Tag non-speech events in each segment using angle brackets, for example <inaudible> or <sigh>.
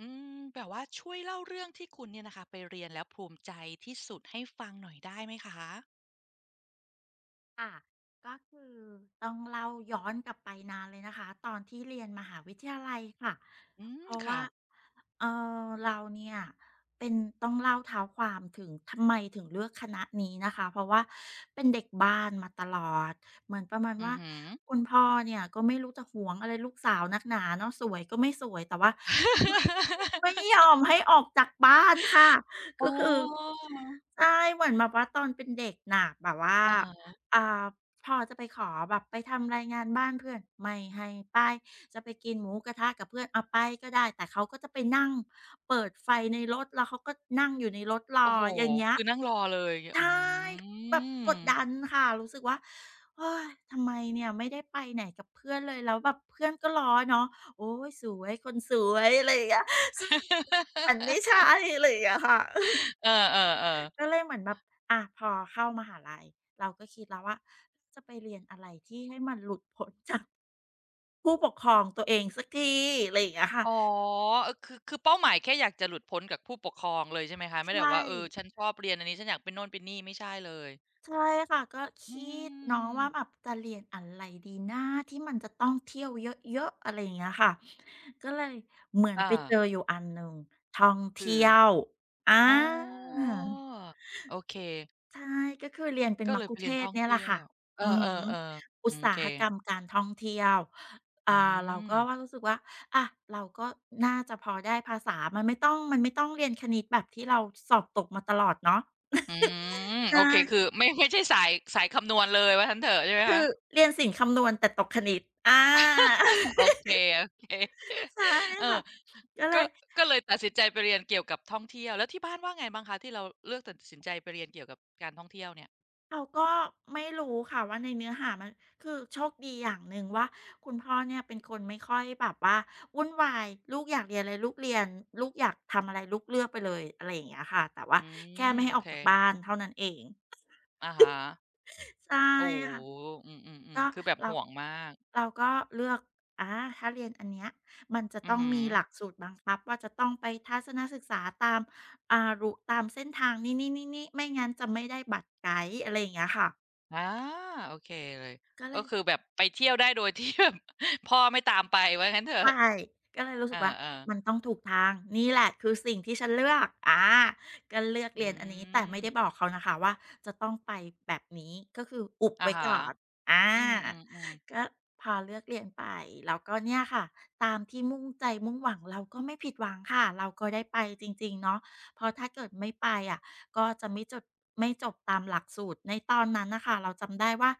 อืมแบบว่าช่วยเล่าเรื่องที่คุณเนี่ยนะคะไปเรียนแล้วภูมิใจที่สุดให้ฟังหน่อยได้ไหมคะค่ะก็คือต้องเล่าย้อนกลับไปนานเลยนะคะตอนที่เรียนมหาวิทยาลัยค่ะอืมเพราะค่ะว่าเอเราเนี่ยเป็นต้องเล่าเท้าความถึงทำไมถึงเลือกคณะนี้นะคะเพราะว่าเป็นเด็กบ้านมาตลอดเหมือนประมาณอือว่าฮึคุณพ่อเนี่ยก็ไม่รู้จะหวงอะไรลูกสาวนักหนาเนาะสวยก็ไม่สวยแต่ว่า <laughs> ไม่ไม่ยอมให้ออกจากบ้านค่ะอ๋ ก็คือ <laughs> อใช่เหมือนแบบว่าตอนเป็นเด็กหนักแบบว่า อะฮะอ่าพอจะไปขอแบบไปทำรายงานบ้านเพื่อนไม่ให้ไปจะไปกินหมูกระทะกับเพื่อนเอาไปก็ได้แต่เขาก็จะไปนั่งเปิดไฟในรถแล้วเขาก็นั่งอยู่ในรถรโอ้อโฮอย่างเงี้ยคือนั่งรอเลยอืใช่แบบกดม ดันค่ะรู้สึกว่าโอ้ยทำไมเนี่ยไม่ได้ไปไหนกับเพื่อนเลยแล้วแบบเพื่อนก็ล้อเนาะโอ๊ยสวยคนสวยอะไรอย่างเงี้ยซึ่ง <laughs> มันไม่ใช่อะไรอย่างเงี้ยค่ะ เออๆก็ๆเลยเหมือนแบบอ่ะพอเข้ามหาลัยเราก็คิดแล้วว่าจะไปเรียนอะไรที่ให้มันหลุดพ้นจากผู้ปกครองตัวเองสักทีอะไรอย่างเงี้ยค่ะอ๋อเออคือเป้าหมายแค่อยากจะหลุดพ้นกับผู้ปกครองเลยใช่ไหมคะไม่ได้แบบใช่ว่าเออฉันชอบเรียนอันนี้ฉันอยากเป็นโน่นเป็นนี่ไม่ใช่เลยใช่ค่ะก็อืคิดเนาะมว่าแบบจะเรียนอะไรดีนะที่มันจะต้องเที่ยวเยอะๆอะไรอย่างเงี้ยค่ะก็เลยเหมือนอาไปเจออยู่อันหนึ่งท่องคืเที่อยวอา อ๋อโอเค ใช่ก็คือเรียนเป็นก็มัเลคยไปคุเทเรียนศท่อก์งเนี่ยแหละเที่ยวค่ะเอออือฮึๆๆอุอืตมโอสาเคหกรรมการท่องเที่ยวอือ่าเรามก็ว่ารู้สึกว่าอะเราก็น่าจะพอได้ภาษา มันไม่ต้องเรียนคณิตแบบที่เราสอบตกมาตลอดเนาะอืมโอเค คืใช่อไม่ใช่สายคำนวณเลยว่างั้นเถอะใช่ไหมคืคะอเรียนศิลป์คำนวณแต่ตกคณิตอา โอเค <laughs> ใช่ๆเออค่ะก็เลก็ย ก็เลยตัดสินใจไปเรียนเกี่ยวกับท่องเที่ยว แล้วที่บ้านว่าไงบ้างคะที่เราเลือกตัดสินใจไปเรียนเกี่ยวกับการท่องเที่ยวเนี่ย เขาก็ไม่รู้ค่ะว่าในเนื้อหามันคือโชคดีอย่างหนึ่งว่าคุณพ่อเนี่ยเป็นคนไม่ค่อยแบบว่าวุ่นวายลูกอยากเรียนอะไรลูกเรียนลูกอยากทำอะไรลูกเลือกไปเลยอะไรอย่างเงี้ยค่ะแต่ว่าอืแค่มไม่โอให้ออเคกจากบ้านเท่านั้นเองอะฮะใช่โอ้โฮค่ะอืมก็ๆๆคือแบบเราห่วงมากเราก็เลือกอาถ้าเรียนอันเนี้ยมันจะอือต้องฮึมีหลักสูตรบังคับว่าจะต้องไปทัศนศึกษาตามรูตามเส้นทางนี้ๆๆๆไม่งั้นจะไม่ได้บัตรไกด์อะไรอย่างเงี้ยค่ะอาโอเคเลยก็เลก็ย คือแบบไปเที่ยวได้โดย <laughs> ที่แบบพ่อไม่ตามไปว่างั้นเถอะ ใช่ก็เลยรู้เอสึอกว่าเออมันต้องถูกทางนี่แหละคือสิ่งที่ฉันเลือกอาก็เลือกเรีอืยนอันนี้แต่มไม่ได้บอกเขานะคะว่าจะต้องไปแบบนี้ก็คืออุบอะไว้ฮะก่อนอาอืมอืมก็พอเลือกเรียนไปแล้วก็เนี่ยค่ะตามที่มุ่งใจมุ่งหวังเราก็ไม่ผิดหวังค่ะเราก็ได้ไปจริงๆเนาะเพราะถ้าเกิดไม่ไปอะก็จะไม่จดไม่จบตามหลักสูตรในตอนนั้นน่ะค่ะเราจำได้ว่า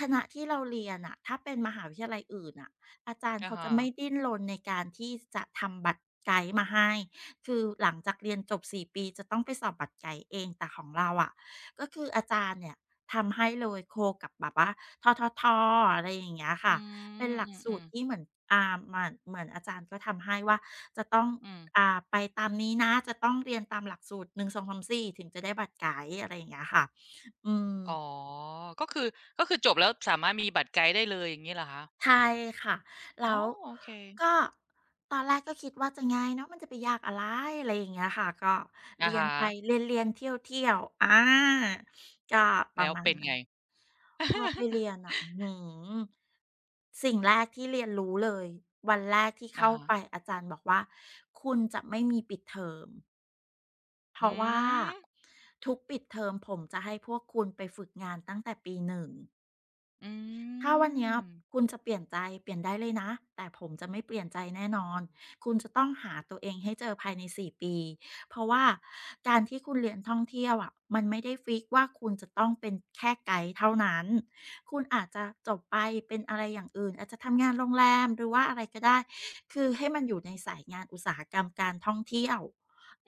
ขณะที่เราเรียนน่ะถ้าเป็นมหาวิทยาลัยอื่นน่ะ อาจารย์อะเขาจะฮะไม่ดิ้นรนในการที่จะทำบัตรไกด์มาให้ คือหลังจากเรียนจบสี่ปีจะต้องไปสอบบัตรไกด์เองแต่ของเราอะก็คืออาจารย์เนี่ยทำให้เลยโคกับแบบว่าธททอะไรอย่างเงี้ยค่ะ อืเป็นมหลัอกืสูตมรที่ๆเหมือนเหมือนอาจารย์ก็ทำให้ว่าจะต้องอืมไปตามนี้นะ จะต้องเรียนตามหลักสูตรหนึ่งสองสามสี่ถึงจะได้บัตรไกด์อะไรอย่างเงี้ยค่ะอืม อ๋อ ก็คือ ก็คือจบแล้วสามารถมีบัตรไกด์ได้เลยอย่างนี้เหรอคะใช่ค่ะแล้อ๋อวโอเคก็ตอนแรกก็คิดว่าจะง่ายเนาะมันจะไปยากอะไรอะไรอย่างเงี้ยค่ะก็อะเรียนฮะไปเรียนๆเที่ยวๆอาก็ปแล้ระวมาณเป็นนั้ไง นพอไปเรีย <laughs> นอะอื้อฮือสิ่งแรกที่เรียนรู้เลยวันแรกที่อะเข้าฮะไปอาจารย์บอกว่าคุณจะไม่มีปิดเทอมเพอืราะว่ามทุกปิดเทอมผมจะให้พวกคุณไปฝึกงานตั้งแต่ปีหนึ่ง อืถ้าวันเนี้ยมคุณจะเปลี่ยนใจเปลี่ยนได้เลยนะแต่ผมจะไม่เปลี่ยนใจแน่นอนคุณจะต้องหาตัวเองให้เจอภายในสี่ปีเพราะว่าการที่คุณเรียนท่องเที่ยวอะมันไม่ได้ฟิกว่าคุณจะต้องเป็นแค่ไกด์เท่านั้นคุณอาจจะจบไปเป็นอะไรอย่างอื่นอาจจะทำงานโรงแรมหรือว่าอะไรก็ได้คือให้มันอยู่ในสายงานอุตสาหกรรมการท่องเที่ยว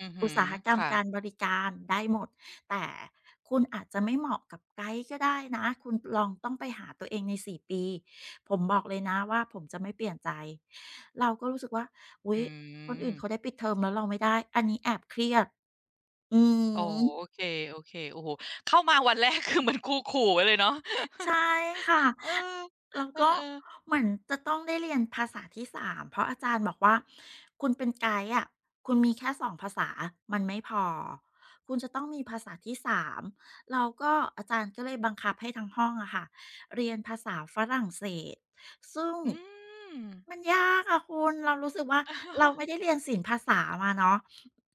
อือฮึอุตสาหกรรมค่ะการบริการได้หมด แต่คุณอาจจะไม่เหมาะกับไกด์ก็ได้นะคุณลองต้องไปหาตัวเองใน4ปีผมบอกเลยนะว่าผมจะไม่เปลี่ยนใจเราก็รู้สึกว่าอุ๊อืยคนอื่นมเขาได้ปิดเทอมแล้วเราไม่ได้อันนี้แอบเครียดอืโอ๋อมเคโอเคๆโอ้โฮเข้ามาวันแรกคือเหมือนครูขู่ไว้เลยเนาะ ใช่ค่ะ <laughs> เออแล้วเอก็อๆเหมือนจะต้องได้เรียนภาษาที่สามเพราะอาจารย์บอกว่าคุณเป็นไกด์อะคุณมีแค่สองภาษามันไม่พอคุณจะต้องมีภาษาที่ 3" แล้วก็อาจารย์ก็เลยบังคับให้ทั้งห้องอะค่ะเรียนภาษาฝรั่งเศสซึ่งอออืม มันยากอะคุณเรารู้สึกว่าเราไม่ <laughs> ได้เรียนศิลปภาษามาเนาะ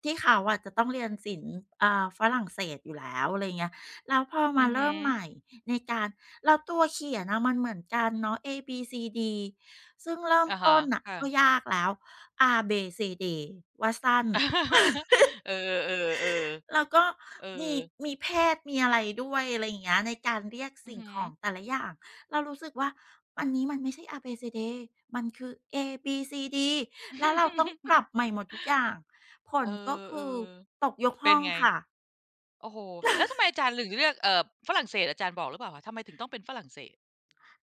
ที่เขาอะจะต้องเรียนศิลป์ฝรั่งเศสอยู่แล้วอะไรเงี้ยแล้วพออืมาอฮึเริ่มใหม่ในการ แล้วตัวเขียนน่ะมันเหมือนกันเนาะ A B C D ซึ่งเริ่มอะฮะต้นน่ะค่ะ ก็ยากแล้ว R B C D ว่าสั้น <laughs> เออเออเออแล้วก็เออมีมีเพศมีอะไรด้วยอะไรอย่างเงี้ยในการเรียกอือสิ่งฮึ ของแต่ละอย่างเรารู้สึกว่าอันนี้มันไม่ใช่ R B C D มันคือ A B C D แล้วเราต้องปรับ <laughs> ใหม่หมดทุกอย่างผเอลก็อเอคืออตกยกเป็ห้นองไงค่ะ โอ้โหแล้วทำไมอาจารย์ถึงเลือกฝรั่งเศสอาจารย์บอกหรือเปล่าคะทำไมถึงต้องเป็นฝรั่งเศส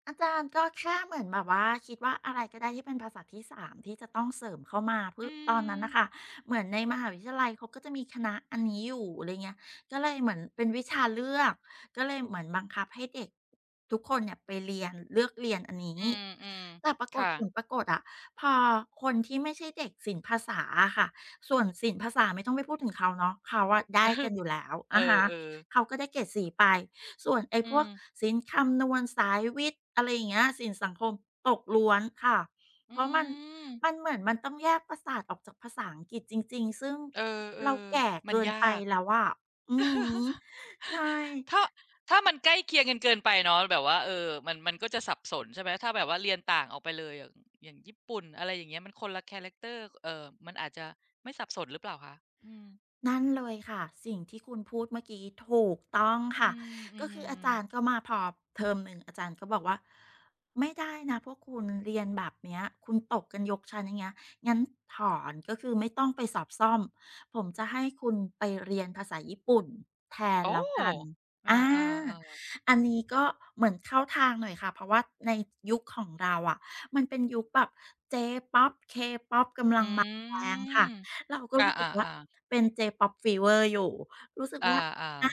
อาจารย์ก็แค่เหมือนแบบว่าคิดว่าอะไรก็ได้ที่เป็นภาษาที่สามที่จะต้องเสริมเข้ามาเพื่อือตอนนั้มนน่ะค่ะเหมือนในมหาวิทยาลัยเขาก็จะมีคณะอันนี้อยู่อะไรเงี้ยก็เลยเหมือนเป็นวิชาเลือกก็เลยเหมือนบังคับให้เด็กทุกคนเนี่ยไปเรียนเลือกเรียนอันอืนี้มอืมแต่ปรากฏค่ะ ผลปรากฏอะพอคนที่ไม่ใช่เด็กศิลป์ภาษาอะค่ะส่วนศิลป์ภาษาไม่ต้องไปพูดถึงเขาเนาะเขาอะได้กันอ <laughs> ยู่แล้วเออะอฮะเออเขาก็ได้เกรด 4ไป ส่วนไอ้พอืวกมสินคำนวณสายวิทย์อะไรอย่างเงี้ยสินสังคมตกล้วนค่ะเพอืราะมมันเหมือนมันต้องแยกประสาทออกจากภาษาอังกฤษจริงๆซึ่งเออเอเราอ แก่ <laughs> มันเกินไปยาก แล้วอะอือฮึใช่ ถ้าถ้ามันใกล้เคียงกันเกินไปเนาะแบบว่าเออมันก็จะสับสนใช่ไหมถ้าแบบว่าเรียนต่างออกไปเลยอย่างอย่างญี่ปุ่นอะไรอย่างเงี้ยมันคนละแคาแรคเตอร์เออมันอาจจะไม่สับสนหรือเปล่าคะอืมนั่นเลยค่ะสิ่งที่คุณพูดเมื่อกี้ถูกต้องอืค่ะมอืก็คืออามจารย์ก็มาพอเทอม 1อาจารย์ก็บอกว่าไม่ได้นะพวกคุณเรียนแบบเนี้ยคุณตกกันยกชั้นอย่างเงี้ยงั้นถอนก็คือไม่ต้องไปสอบซ่อมผมจะให้คุณไปเรียนภาษาญี่ปุ่นแทนโอ้แล้วกันอาอาอ่าอาอันนี้ก็เหมือนเข้าทางหน่อยค่ะเพราะว่าในยุคของเราอะมันเป็นยุคแบบ J-pop ป๊อปเคป๊อปกำอืลังมาแรงค่ะ มเราก็อารู้สึอ่ากว่าอาเป็น J-pop fever อยู่ รู้สึกอ่าว่าอา อา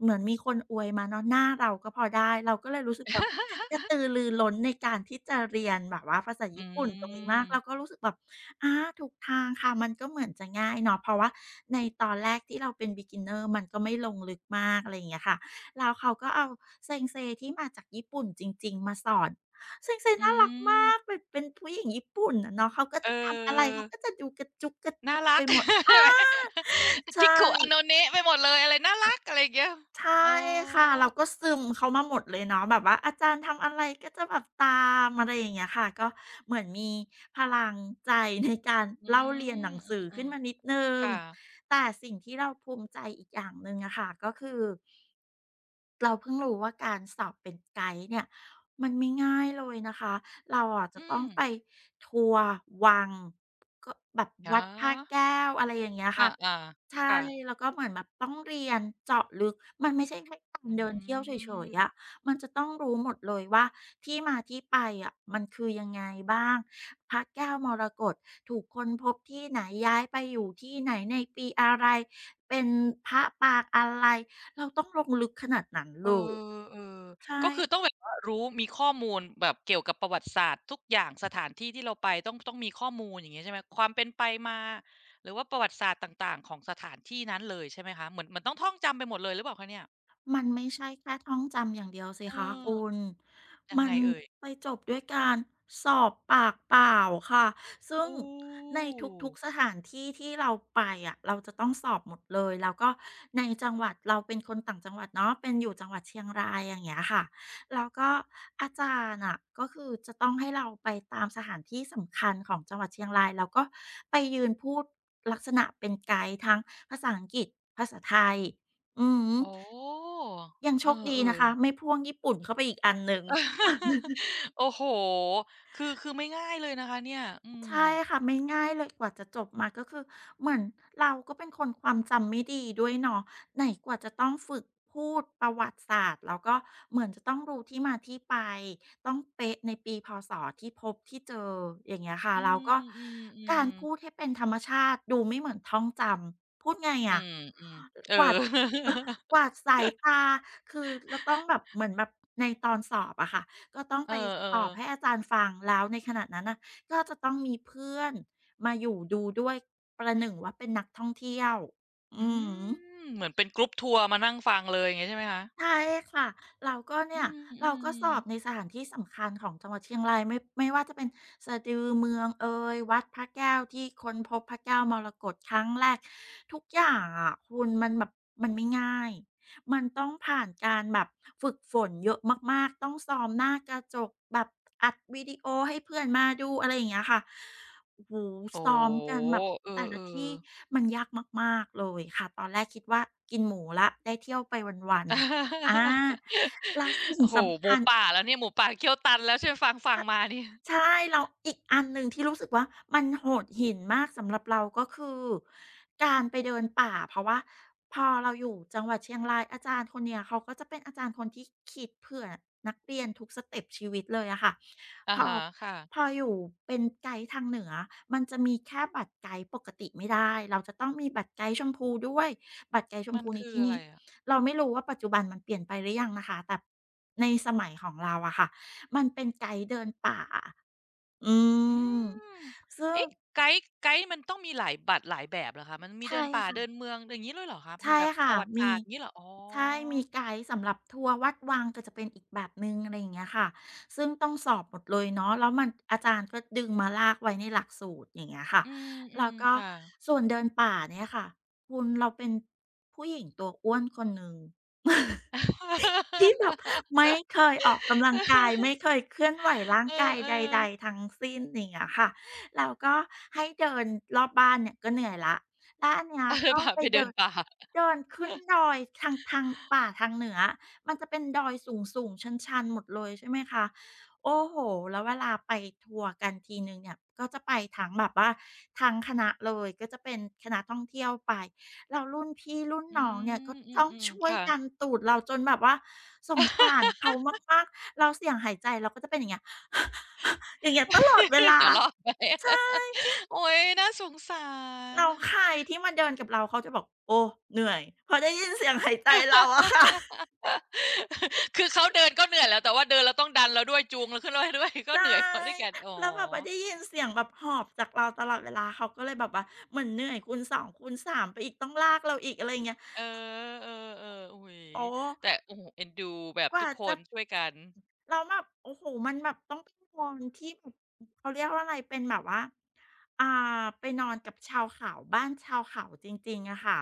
เหมือนมีคนอวยมาเนาะหน้าเราก็พอได้ เราก็เลยรู้สึกแบบกระ <laughs> ตือรือร้นในการที่จะเรียนแบบว่าภาษาอืญี่ปุ่นตรงนี้มามกเราก็รู้สึกแบบอาถูกทางค่ะมันก็เหมือนจะง่ายเนาะเพราะว่าในตอนแรกที่เราเป็น beginner มันก็ไม่ลงลึกมากอะไรอย่างเงี้ยค่ะแล้วเขาก็เอาเซ ensei ที่มาจากญี่ปุ่นจริงๆมาสอน เซนเซอืน่ารักมมากแบบเป็นผู้หญิงญี่ปุ่นอะเนาะเขาก็เอจะทำอะไรอ เขาก็จะดูกระจุกกระน่าจิกรัไปก หมด <laughs> ใช่ไหม <laughs> c h i ใช่ k อโนเนะไปหมดเลยอะไรน่าอรักอะไรอย่างเงี้ยใช่อ๋ค่ะอเราก็ซึมเขามาหมดเลยเนาะแบบว่าอาจารย์ทำอะไรก็จะแบบตามอะไรอย่างเงี้ยค่ะก็เหมือนมีพลังใจในการอืเล่าเรียนหมนังอืสืมออืขึ้มนมานิดหนึ่งค่ะแต่สิ่งที่เราภูมิใจอีกอย่างหนึ่งอะค่ะก็คือ เราเพิ่งรู้ว่าการสอบเป็นไกด์เนี่ยมันไม่ง่ายเลยนะคะเราอะจะอืต้อมงไปทัวร์วังก็แบบอ๋อวัดพระแก้วอะไรอย่างเงี้ยอาค่ะ อ่าใช่ค่ะแล้วก็เหมือนแบบต้องเรียนเจาะลึกมันไม่ใช่แค่การอืเดินเที่ยวเฉมยๆอะมันจะต้องรู้หมดเลยว่าที่มาที่ไปอะมันคือยังไงบ้างพระแก้วมรกตถูกค้นพบที่ไหนย้ายไปอยู่ที่ไหนในปีอะไรเป็นพระปางอะไรเราต้องลงลึกขนาดนั้นเอเลยอเออใช่ ก็คือต้องแบบว่ารู้มีข้อมูลแบบเกี่ยวกับประวัติศาสตร์ทุกอย่างสถานที่ที่เราไปต้องมีข้อมูลอย่างเงี้ยใช่ไหมความเป็นไปมาหรือว่าประวัติศาสตร์ต่างๆของสถานที่นั้นเลยใช่ไหมคะเหมือนเหมือนต้องท่องจำไปหมดเลยหรือเปล่าคะเนี่ยมันไม่ใช่แค่ท่องจำอย่างเดียวสิเอคะอคุณยังมัไงนเอ่ย ไปจบด้วยการสอบปากเปล่าค่ะ ซึ่โองใน้ทุกๆสถานที่ที่เราไปอะเราจะต้องสอบหมดเลยแล้วก็ในจังหวัดเราเป็นคนต่างจังหวัดเนาะเป็นอยู่จังหวัดเชียงรายอย่างเงี้ยค่ะแล้วก็อาจารย์อ่ะก็คือจะต้องให้เราไปตามสถานที่สำคัญของจังหวัดเชียงรายแล้วก็ไปยืนพูดลักษณะเป็นไกด์ทั้งภาษาอังกฤษภาษาไทย อืมอ๋อยังโชเอคดีนะอคะๆ ไม่พ่วงญี่ปุ่นเข้าไปอีกอันหนึ่ง <laughs> โอ้โฮคือไม่ง่ายเลยนะคะเนี่ยอืมใช่ค่ะไม่ง่ายเลยกว่าจะจบมาก็คือเหมือนเราก็เป็นคนความจำไม่ดีด้วยเนาะไหนกว่าจะต้องฝึกพูดประวัติศาสตร์แล้วก็เหมือนจะต้องรู้ที่มาที่ไปต้องเป๊ะในปีพศที่พบที่เจออย่างเงี้ยค่ะอแล้วก็ืมการๆพูดๆให้เป็นธรรมชาติดูไม่เหมือนท่องจำพูดไงอือะมๆเออ กวาดเออ <laughs> ก <laughs> วาดสายตาคือจะต้องแบบเหมือนแบบในตอนสอบอะค่ะก็ต้องเออไปสอบให้ๆอาจารย์ฟังแล้วในขณะนั้นน่ะ ก็จะต้องมีเพื่อนมาอยู่ดูด้วยประหนึ่งว่าเป็นนักท่องเที่ยวอือืม มเหมือนเป็นกรุ๊ปทัวร์มานั่งฟังเลยอย่างงี้ใช่ไหมคะใช่ค่ะเราก็อืเนี่ยเราก็สมอบในๆสถานที่สำคัญของจังหวัดเชียงรายไม่ว่าจะเป็นสะดือเมืองเอยวัดพระแก้วที่ค้นพบพระแก้วมรกตครั้งแรกทุกอย่างอะคุณมันแบบมันไม่ง่ายมันต้องผ่านการแบบฝึกฝนเยอะมากๆต้องซ้อมหน้ากระจกแบบอัดวิดีโอให้เพื่อนมาดูอะไรอย่างเงี้ยค่ะโอ้โฮโอ้โฮซ้อมกันแบบเอแต่ละอที่ๆ มันยากมากๆเลยค่ะตอนแรกคิดว่ากินหมูแล้วได้เที่ยวไปวันๆ อา <laughs> แล้วโอ้สิ่งโฮสำหมูคัญ ป่าแล้วเนี่ยหมูป่าเขี้ยวตันแล้วใช่ฟังมานี่ใช่แล้วอีกอันหนึ่งที่รู้สึกว่ามันโหดหินมากสำหรับเราก็คือการไปเดินป่าเพราะว่าพอเราอยู่จังหวัดเชียงรายอาจารย์คนเนี้ยเขาก็จะเป็นอาจารย์คนที่คิดเผื่อนักเรียนทุกสเต็ปชีวิตเลยอะค่ะอะพอฮะพอค่ะอยู่เป็นไกด์ทางเหนือมันจะมีแค่บัตรไกด์ปกติไม่ได้เราจะต้องมีบัตรไกด์ชมพูด้วยบัตรไกด์ชมมันพูในคือที่อะไรนี้อะ เราไม่รู้ว่าปัจจุบันมันเปลี่ยนไปหรือยังนะคะแต่ในสมัยของเราอะค่ะมันเป็นไกด์เดินป่า อือืมมซึ่งเอ๊ะไกด์มันต้องมีหลายบัตรหลายแบบเหรอคะมันมีใช่เดินป่าเดินค่ะเมืองอย่างงี้เลยเหรอคะเมืองใช่แบบปค่ะระวัติศามีสตร์งี้เหรออ๋อใช่มีไกด์สำหรับทัวร์วัดวังก็จะเป็นอีกแบบหนึ่งอะไรอย่างเงี้ยค่ะซึ่งต้องสอบหมดเลยเนาะแล้วมันอาจารย์ก็ดึงมาลากไว้ในหลักสูตรอย่างเงี้ยค่ะอืแล้วมก็ๆค่ะ ส่วนเดินป่าเนี่ยค่ะคุณเราเป็นผู้หญิงตัวอ้วนคนหนึ่ง ที่แบบ <laughs> ไม่เคยออกกำลังกายไม่เคยเคลื่อนไหวร่าเองอกายใดๆๆทั้งสิ้นอย่างเงี้ยค่ะแล้วก็ให้เดินรอบบ้านเนี่ยก็เหนื่อยแล้วแล้วอันเนี้ยอาเดินต้องป่าไปไปเดิเดินนป่าเดินขึ้นดอยทางป่าทางเหนือมันจะเป็นดอยสูงๆชันๆหมดเลยใช่ไหมคะโอ้โฮแล้วเวลาไปทัวร์กันทีหนึ่งเนี่ยก็จะไปทั้งแบบว่าทั้งคณะเลยก็จะเป็นคณะท่องเที่ยวไป แล้วรุ่นพี่รุ่นอืน้องเนี่ยมก็อต้องืมช่วๆยค่ะ ดันตูดเราจนแบบว่าสงสารเขามากๆแล้วเสียงหายใจเราก็จะเป็นอย่างเงี้ย <laughs> อย่างเงี้ยตลอดเวลา <laughs> จะรอดไหม ใช่ <laughs> โอ๊ยน่าสงสาร เราใครที่มาเดินกับเราเขาจะบอกโอ้เหนื่อยพอได้ยินเสียงหายใจเราอะค่ะ <laughs> <laughs> คือเขาเดินก็เหนื่อยแล้วแต่ว่าเดินแล้วต้องดันเราด้วยจูงเราขึ้นรถให้ด้วย <laughs> ก็ใช่เหนื่อยพอด้วยกันอ๋อ แล้วแบบว่าได้ยินเสียงแบบหอบจากเราตลอดเวลาเขาก็เลยแบบว่าเหมือนเหนื่อยคูณสองคูณสามไปอีกต้องลากเราอีกอะไรยเงี้ยเออเออเออโอ้โฮโอ้ แต่โอ้โฮเอ็นดูแบบกทุว่ากคจะนช่วยกันแล้วแบบโอ้โฮมันแบบต้องไปนอนที่แบบเขาเรียกว่าอะไรเป็นแบบว่าอ่าไปนอนกับชาวเขาบ้านชาวเขาจริงๆอะค่ะ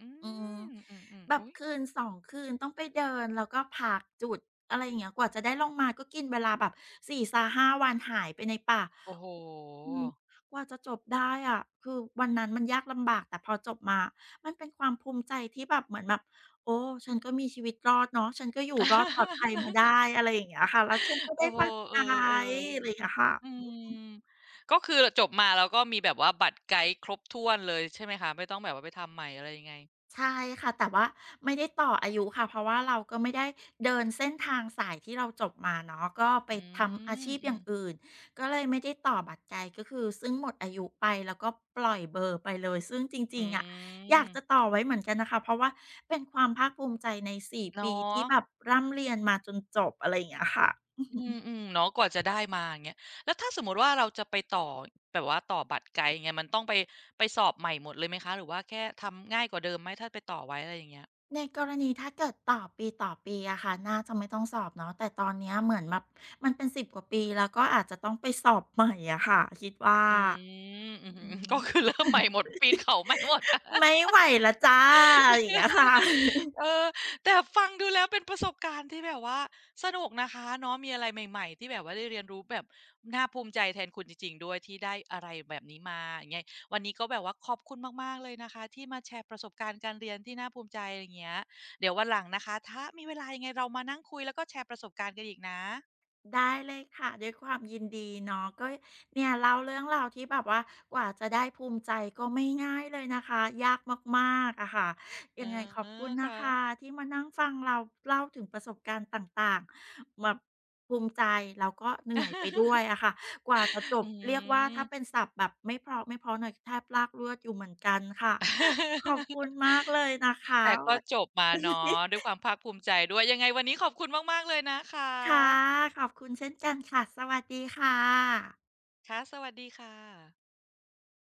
อือืมมอืมแบๆบอุ๊ยคืน2คืนต้องไปเดินแล้วก็พักจุดอะไรอย่างเงี้ยกว่าจะได้ลงมาก็กินเวลาแบบ4-5วันหายไปในป่าโอ้โฮ อืมกว่าจะจบได้อะคือวันนั้นมันยากลำบากแต่พอจบมามันเป็นความภูมิใจที่แบบเหมือนแบบโอ้ฉันก็มีชีวิตรอดเนาะฉันก็อยู่รอดปลอดภัยมาได้ <laughs> อะไรอย่างเงี้ยค่ะแล้วฉันก็ได้โอ้โฮมาเอไกอด์อะไรอย่างเงี้ยค่ะ ๆอืมก็คือจบมาแล้วก็มีแบบว่าบัตรไกด์ครบถ้วนเลยใช่ไหมคะไม่ต้องแบบว่าไปทำใหม่อะไรยังไงใช่ค่ะแต่ว่าไม่ได้ต่ออายุค่ะเพราะว่าเราก็ไม่ได้เดินเส้นทางสายที่เราจบมาเนาะก็ไปอืทำอามชีพอือย่ามงอื่นก็เลยไม่ได้ต่อบัตรไกลก็คือซึ่งหมดอายุไปแล้วก็ปล่อยเบอร์ไปเลยซึ่งจอืริงๆอะอยามกจะต่อไว้เหมือนกันนะคะเพราะว่าเป็นความภาคภูมิใจใน4ปีเนาที่แบะ บร่ำเรียนมาจนจบอะไรอย่างเงี้ยค่ะอืออืฮึ มอืมเนาะกว่าจะได้มาอย่างเงี้ยแล้วถ้าสมมุติว่าเราจะไปต่อแบบว่าต่อบัตรไกด์อย่างเงี้ยมันต้องไปไปสอบใหม่หมดเลยไหมคะหรือว่าแค่ทำง่ายกว่าเดิมไหมถ้าไปต่อไว้อะไรอย่างเงี้ยในกรณีถ้าเกิดต่อปีต่อปีอะค่ะน่าจะไม่ต้องสอบเนาะแต่ตอนเนี้ยเหมือนแบบมันเป็นสิบกว่าปีแล้วก็อาจจะต้องไปสอบใหม่อะค่ะคิดว่าอืม <laughs> อือฮึอืมก็คือเริ่มใหม่หมดปีนเขาใหม่หมด ไม่ไหวแล้วจ้าอย่างเงี้ยค่ะ <laughs> เออแต่ฟังดูแล้วเป็นประสบการณ์ที่แบบว่าสนุกนะคะเนาะมีอะไรใหม่ๆที่แบบว่าได้เรียนรู้แบบน่าภูมิใจแทนคุณจริงๆด้วยที่ได้อะไรแบบนี้มาอย่างเงี้ยวันนี้ก็แบบว่าขอบคุณมากๆเลยนะคะที่มาแชร์ประสบการณ์การเรียนที่น่าภูมิใจอะไรย่างเงี้ยเดี๋ยววันหลังนะคะถ้ามีเวลายังไงเรามานั่งคุยแล้วก็แชร์ประสบการณ์กันอีกนะได้เลยค่ะด้วยความยินดีเนาะก็เนี่ยเล่าเรื่องราวที่แบบว่ากว่าจะได้ภูมิใจก็ไม่ง่ายเลยนะคะยากมากๆอะค่ะเอยัองไงขอบคุณนะค่ะ คะที่มานั่งฟังเราเล่าถึงประสบการณ์ต่างๆแบบภูมิใจแล้วก็เหนื่อยไปด้วย <laughs> อะค่ะกว่าจะจอบเรียกว่าถ้าืเป็นม ศัพท์แบบไม่เพราะไม่เพราะหน่อยแทบลากเลือดอยู่เหมือนกันค่ะขอบคุ <laughs> ณมากเลยนะคะ แต่ก็ <laughs> วัน จบมาเนาะด้วยค <laughs> วามภาคภูมิใจด้วยยังไงวันนี้ขอบคุณมากๆเลยนะคค่ะะขอบคุณเช่นกันค่ะสวัสดีค่ะค่ะสวัสดีค่ะ